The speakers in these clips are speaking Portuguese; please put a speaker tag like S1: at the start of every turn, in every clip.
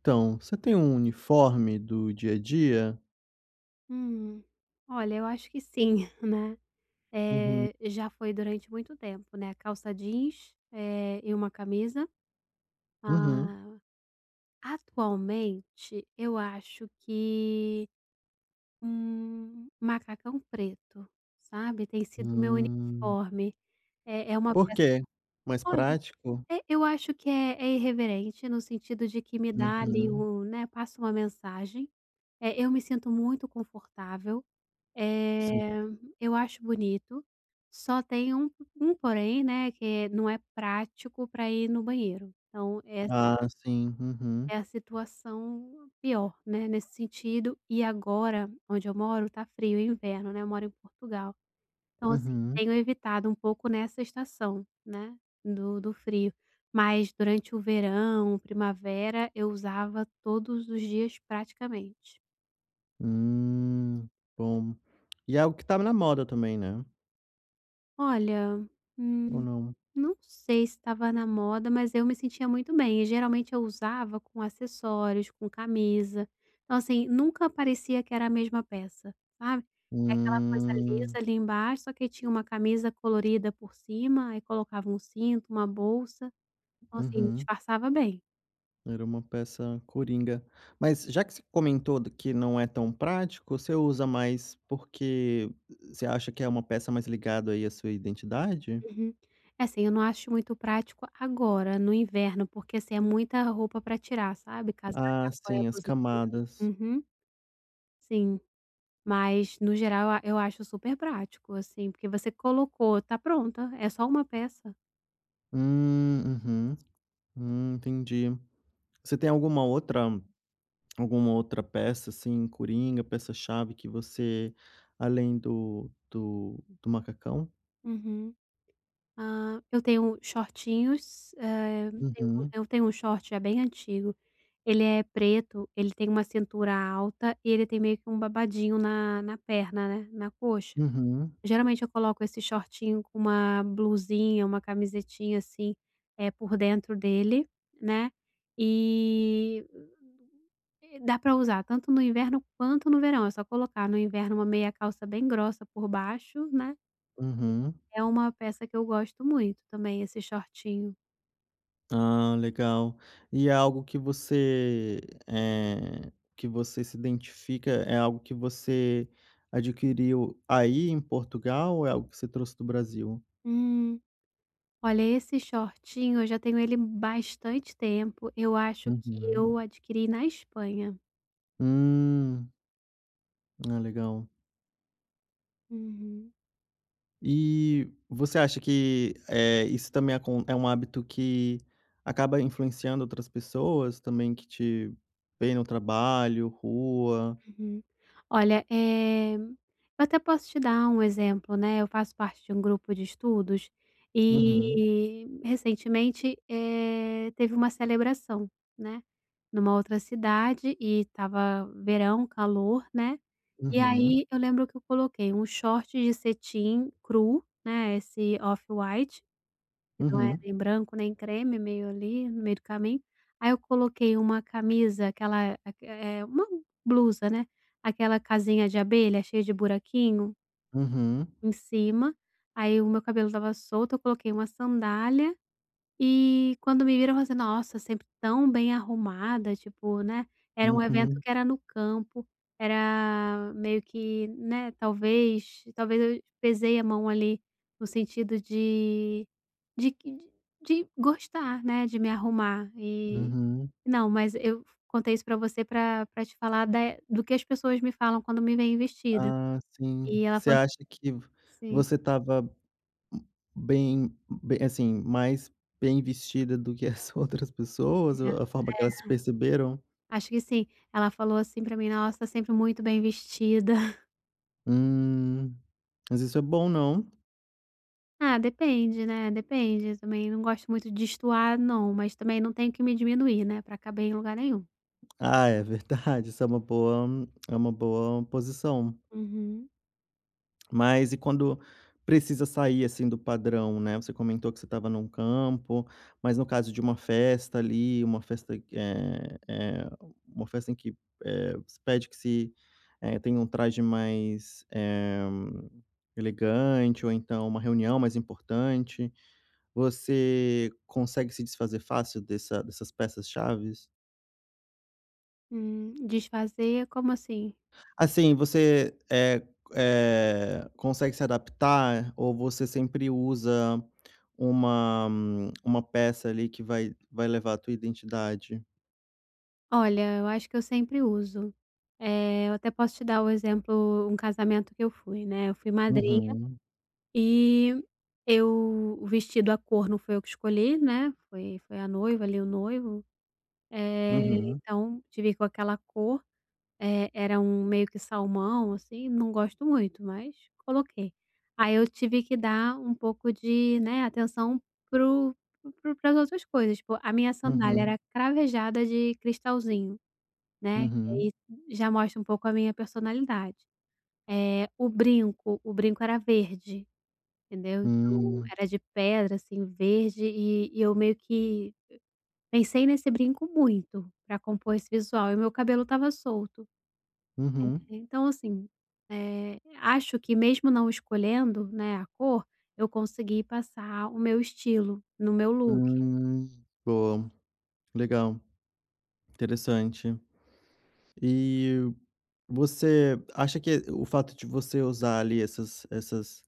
S1: Então, você tem um uniforme do dia a dia?
S2: Hum, olha, eu acho que sim, né.
S1: Uhum,
S2: Já foi durante muito tempo, né, calça jeans, e uma camisa.
S1: uhum.
S2: Ah, atualmente eu acho que um macacão preto, sabe, tem sido meu
S1: Hum.
S2: uniforme. É uma
S1: Por
S2: peça,
S1: quê? Mais
S2: olha,
S1: prático?
S2: eu acho que é irreverente no sentido de que me dá ali
S1: Uhum,
S2: um, né, passa uma mensagem. Eu me sinto muito confortável.
S1: sim.
S2: Eh, eu acho bonito, só tem um porém, né, que não é prático para ir no banheiro. Então essa
S1: Ah, sim. Uhum,
S2: é a situação pior, né, nesse sentido. E agora, onde eu moro, tá frio, é inverno, né, eu moro em Portugal. Então assim,
S1: uhum.
S2: tenho evitado um pouco nessa estação, né, do frio. Mas durante o verão, primavera, eu usava todos os dias praticamente.
S1: Hum, bom. E é algo que tá na moda também, né?
S2: Olha,
S1: Ou
S2: hum
S1: não?
S2: Não sei se estava na moda, mas eu me sentia muito bem e geralmente eu usava com acessórios, com camisa. Então, assim, nunca parecia que era a mesma peça, sabe. É aquela coisa lisa
S1: Hum,
S2: ali embaixo, só que tinha uma camisa colorida por cima, aí colocava um cinto, uma bolsa, então assim,
S1: uhum.
S2: disfarçava bem.
S1: Era uma peça coringa. Mas já que você comentou do que não é tão prático, você usa mais porque você acha que é uma peça mais ligada aí à sua identidade?
S2: Uhum. É assim, eu não acho muito prático agora, no inverno, porque, assim, é muita roupa para tirar, sabe, casaco,
S1: Ah,
S2: aí a
S1: sim, as
S2: blusa de.
S1: camadas.
S2: Uhum, sim. Mas no geral eu acho super prático, assim, porque você colocou, tá pronta, é só uma peça.
S1: Uhum. Entendi. Você tem alguma outra peça, assim, coringa, peça-chave que você além do macacão?
S2: Uhum. Ah, eu tenho shortinhos, eh, tenho
S1: Uhum.
S2: eu tenho um short já bem antigo, ele é preto, ele tem uma cintura alta e ele tem meio que um babadinho na perna, né, na coxa.
S1: Uhum.
S2: Geralmente eu coloco esse shortinho com uma blusinha, uma camisetinha, assim, por dentro dele, né, e e dá pra usar tanto no inverno quanto no verão, é só colocar. No inverno uma meia calça bem grossa por baixo, né,
S1: Uhum.
S2: é uma peça que eu gosto muito também, esse shortinho.
S1: Ah, legal. E é algo eh, que você se identifica, é algo que você adquiriu aí em Portugal ou é algo que você trouxe do Brasil?
S2: Hum. Olha, esse shortinho eu já tenho ele bastante tempo, eu acho que
S1: Uhum.
S2: eu adquiri na Espanha.
S1: Hum. Ah, legal.
S2: Uhum.
S1: E você acha que, isso também acon é um hábito que acaba influenciando outras pessoas também que te veem no trabalho, rua?
S2: Uhum. Olha, eu até posso te dar um exemplo, né, eu faço parte de um grupo de estudos
S1: Uhum,
S2: e recentemente, teve uma celebração, né, numa outra cidade e estava verão, calor, né, e
S1: uhum,
S2: aí eu lembro que eu coloquei um short de cetim cru, né, esse off-white que não é
S1: uhum,
S2: nem branco nem creme, meio ali no meio do caminho. Aí eu coloquei uma camisa, aquela, é uma blusa, né, aquela casinha de abelha cheia de buraquinho
S1: uhum,
S2: em cima, aí o meu cabelo estava solto, eu coloquei uma sandália e quando me viram eu falei assim: "Nossa, sempre tão bem arrumada", tipo, né, era um evento
S1: uhum,
S2: que era no campo, era meio que, né, talvez eu pesei a mão ali no sentido de gostar, né, de me arrumar. Hum. E
S1: uhum.
S2: não, mas eu contei isso pra você pra te falar da do que as pessoas me falam quando me veem vestida.
S1: Ah, sim.
S2: E ela
S1: Você
S2: falou
S1: acha que
S2: assim,
S1: você estava bem bem assim, mais bem vestida do que as outras pessoas,
S2: é,
S1: a forma que elas se perceberam?
S2: acho que sim. Ela falou assim pra mim: "Nossa, tá sempre muito bem vestida".
S1: Hum, mas isso é bom, não?
S2: Ah, depende, né, depende. Eu também não gosto muito de destoar não, mas também não tenho que me diminuir, né, pra caber em lugar nenhum.
S1: Ah, é verdade, isso é uma boa posição.
S2: Uhum.
S1: Mas e quando precisa sair, assim, do padrão, né, você comentou que você estava num campo, mas no caso de uma festa ali, uma festa que, uma festa em que, se pede que se, tenha um traje mais, elegante, ou então uma reunião mais importante, você consegue se desfazer fácil dessas peças chaves?
S2: Desfazer, como assim?
S1: Assim, você, consegue se adaptar, ou você sempre usa uma peça ali que vai levar a tua identidade?
S2: Olha, eu acho que eu sempre uso. Eu até posso te dar o exemplo, um casamento que eu fui, né, eu fui madrinha
S1: Uhum,
S2: e eu o vestido, a cor não foi eu que escolhi, né, foi a noiva ali, o noivo,
S1: uhum,
S2: então tive com aquela cor, era um meio que salmão, assim, não gosto muito, mas coloquei. Aí eu tive que dar um pouco de, né, atenção para para as outras coisas, tipo, a minha sandália, uhum,
S1: uhum,
S2: era cravejada de cristalzinho. Né, e
S1: uhum,
S2: aí já mostra um pouco a minha personalidade. É o brinco era verde, entendeu, então
S1: hum,
S2: era de pedra, assim, verde e eu meio que pensei nesse brinco muito para compor esse visual e meu cabelo estava solto.
S1: uhum,
S2: Então assim, acho que mesmo não escolhendo, né, a cor, eu consegui passar o meu estilo no meu look.
S1: hum. Boa, legal, interessante. E você acha que o fato de você usar ali essas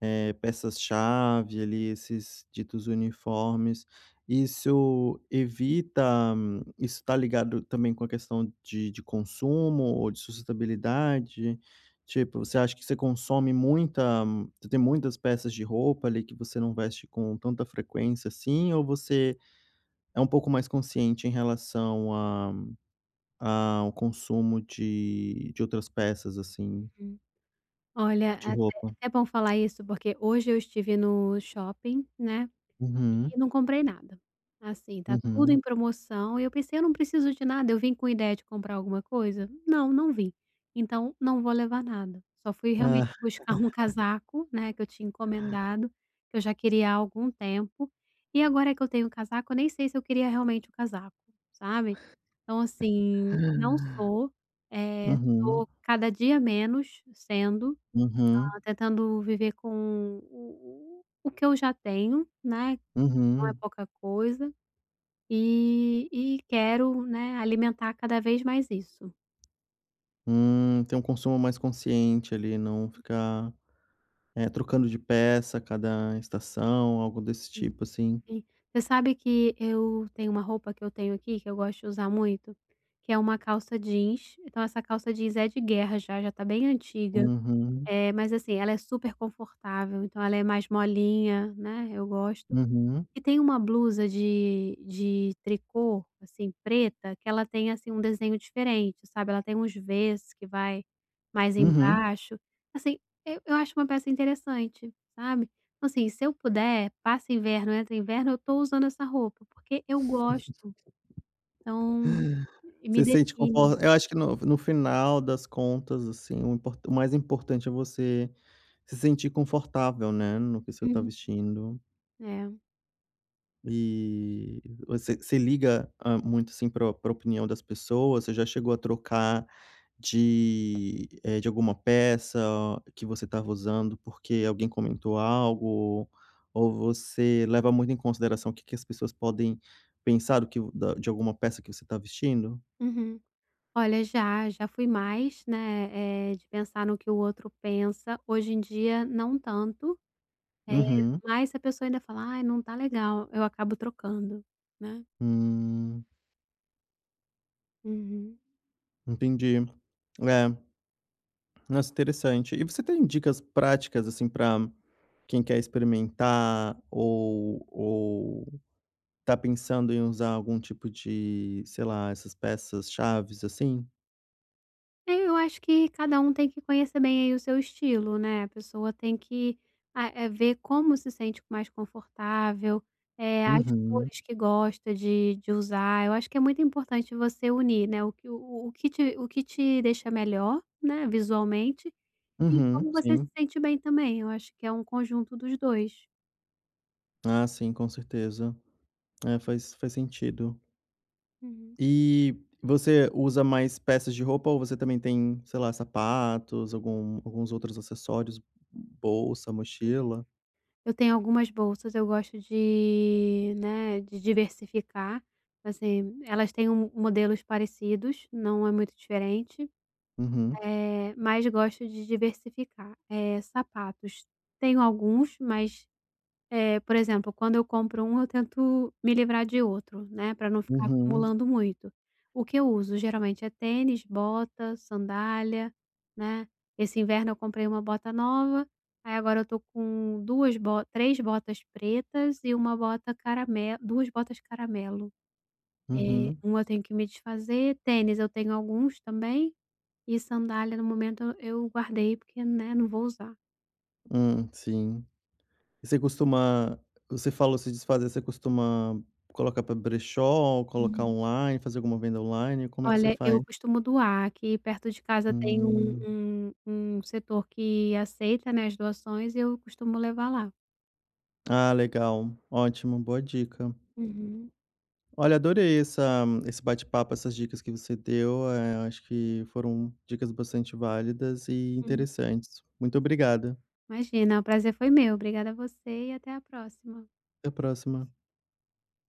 S1: peças-chave ali, esses ditos uniformes, isso evita isso está ligado também com a questão de consumo ou de sustentabilidade? Tipo, você acha que você consome muita você tem muitas peças de roupa ali que você não veste com tanta frequência assim, ou você é um pouco mais consciente em relação a ao consumo de outras peças, assim,
S2: Hum. Olha,
S1: de
S2: até
S1: roupa?
S2: até bom falar isso, porque hoje eu estive no shopping, né.
S1: Uhum,
S2: E não comprei nada. Assim, tá tudo em
S1: uhum.
S2: promoção e eu pensei: "Eu não preciso de nada". Eu vim com ideia de comprar alguma coisa? Não, não vim. Então, não vou levar nada. Só fui realmente
S1: Ah,
S2: buscar um casaco, né, que eu tinha encomendado, que eu já queria há algum tempo. E agora que eu tenho o casaco, eu nem sei se eu queria realmente o casaco, sabe. Então, assim, não sou, eh,
S1: uhum.
S2: tô cada dia menos sendo,
S1: Uhum,
S2: ah, tentando viver com o que eu já tenho, né. Não é
S1: uhum.
S2: pouca coisa, e quero, né, alimentar cada vez mais isso.
S1: Ter um consumo mais consciente ali, não ficar, trocando de peça a cada estação, algo desse
S2: Hum.
S1: tipo, assim.
S2: Sim. Você sabe que eu tenho uma roupa que eu tenho aqui, que eu gosto de usar muito, que é uma calça jeans, então essa calça jeans é de guerra já, já tá bem antiga,
S1: Uhum,
S2: é mas assim, ela é super confortável, então ela é mais molinha, né, eu gosto.
S1: uhum,
S2: E tem uma blusa de tricô, assim, preta, que ela tem, assim, um desenho diferente, sabe, ela tem uns V's que vai mais, uhum,
S1: uhum.
S2: embaixo, assim, eu acho uma peça interessante, sabe. Então, assim, se eu puder, passa inverno, entra inverno, eu tô usando essa roupa, porque eu gosto, então me
S1: Você se sente confo
S2: define.
S1: eu acho que no final das contas, assim, o mais importante é você se sentir confortável, né, no que você está
S2: Uhum.
S1: vestindo.
S2: É,
S1: E você você liga, muito, assim, para a opinião das pessoas? Você já chegou a trocar de alguma peça que você estava usando porque alguém comentou algo? Ou você leva muito em consideração o que que as pessoas podem pensar do que o da de alguma peça que você está vestindo?
S2: uhum. Olha, já, já fui mais, né, de pensar no que o outro pensa, hoje em dia não tanto.
S1: Uhum.
S2: Mas se a pessoa ainda fala: "Ai, não tá legal", eu acabo trocando, né.
S1: Hum,
S2: Uhum.
S1: entendi. É, nossa, interessante. E você tem dicas práticas, assim, para quem quer experimentar ou ou tá pensando em usar algum tipo de, sei lá, essas peças chaves, assim?
S2: É, eu acho que cada um tem que conhecer bem aí o seu estilo, né. A pessoa tem que, ah, ver como se sente mais confortável, é as
S1: Uhum,
S2: cores que gosta de usar. Eu acho que é muito importante você unir, né, o que te deixa melhor, né, visualmente, e
S1: uhum,
S2: como você se
S1: sim.
S2: sente bem também. Eu acho que é um conjunto dos 2.
S1: Ah, sim, com certeza. É, faz sentido.
S2: Uhum.
S1: E você usa mais peças de roupa, ou você também tem, sei lá, sapatos, algum alguns outros acessórios, bolsa, mochila?
S2: Eu tenho algumas bolsas, eu gosto de, né, de diversificar, assim, elas têm um modelos parecidos, não é muito diferente,
S1: Uhum,
S2: mas gosto de diversificar. Sapatos, tenho alguns, mas por exemplo, quando eu compro um, eu tento me livrar de outro, né, para não ficar
S1: uhum,
S2: acumulando muito. O que eu uso geralmente é tênis, bota, sandália, né. Esse inverno eu comprei uma bota nova, aí agora eu tô com 2 bo 3 botas pretas e uma bota caramelo 2 botas caramelo. Eh,
S1: uhum.
S2: uma eu tenho que me desfazer, tênis eu tenho alguns também, e sandália no momento eu guardei porque, né, não vou usar.
S1: Sim. E você costuma, você falou se desfazer, você costuma colocar para brechó, colocar online, fazer alguma venda online, como é que você
S2: Olha, eu
S1: faz?
S2: costumo doar. Aqui perto de casa tem
S1: Hum.
S2: um um setor que aceita, né, as doações e eu costumo levar lá.
S1: Ah, legal. Ótimo, boa dica.
S2: Uhum,
S1: Olha, adorei essa esse bate-papo, essas dicas que você deu, acho que foram dicas bastante válidas e
S2: uhum.
S1: interessantes. Muito obrigada.
S2: Imagina, o prazer foi meu. Obrigada a você e até a próxima.
S1: Até a próxima.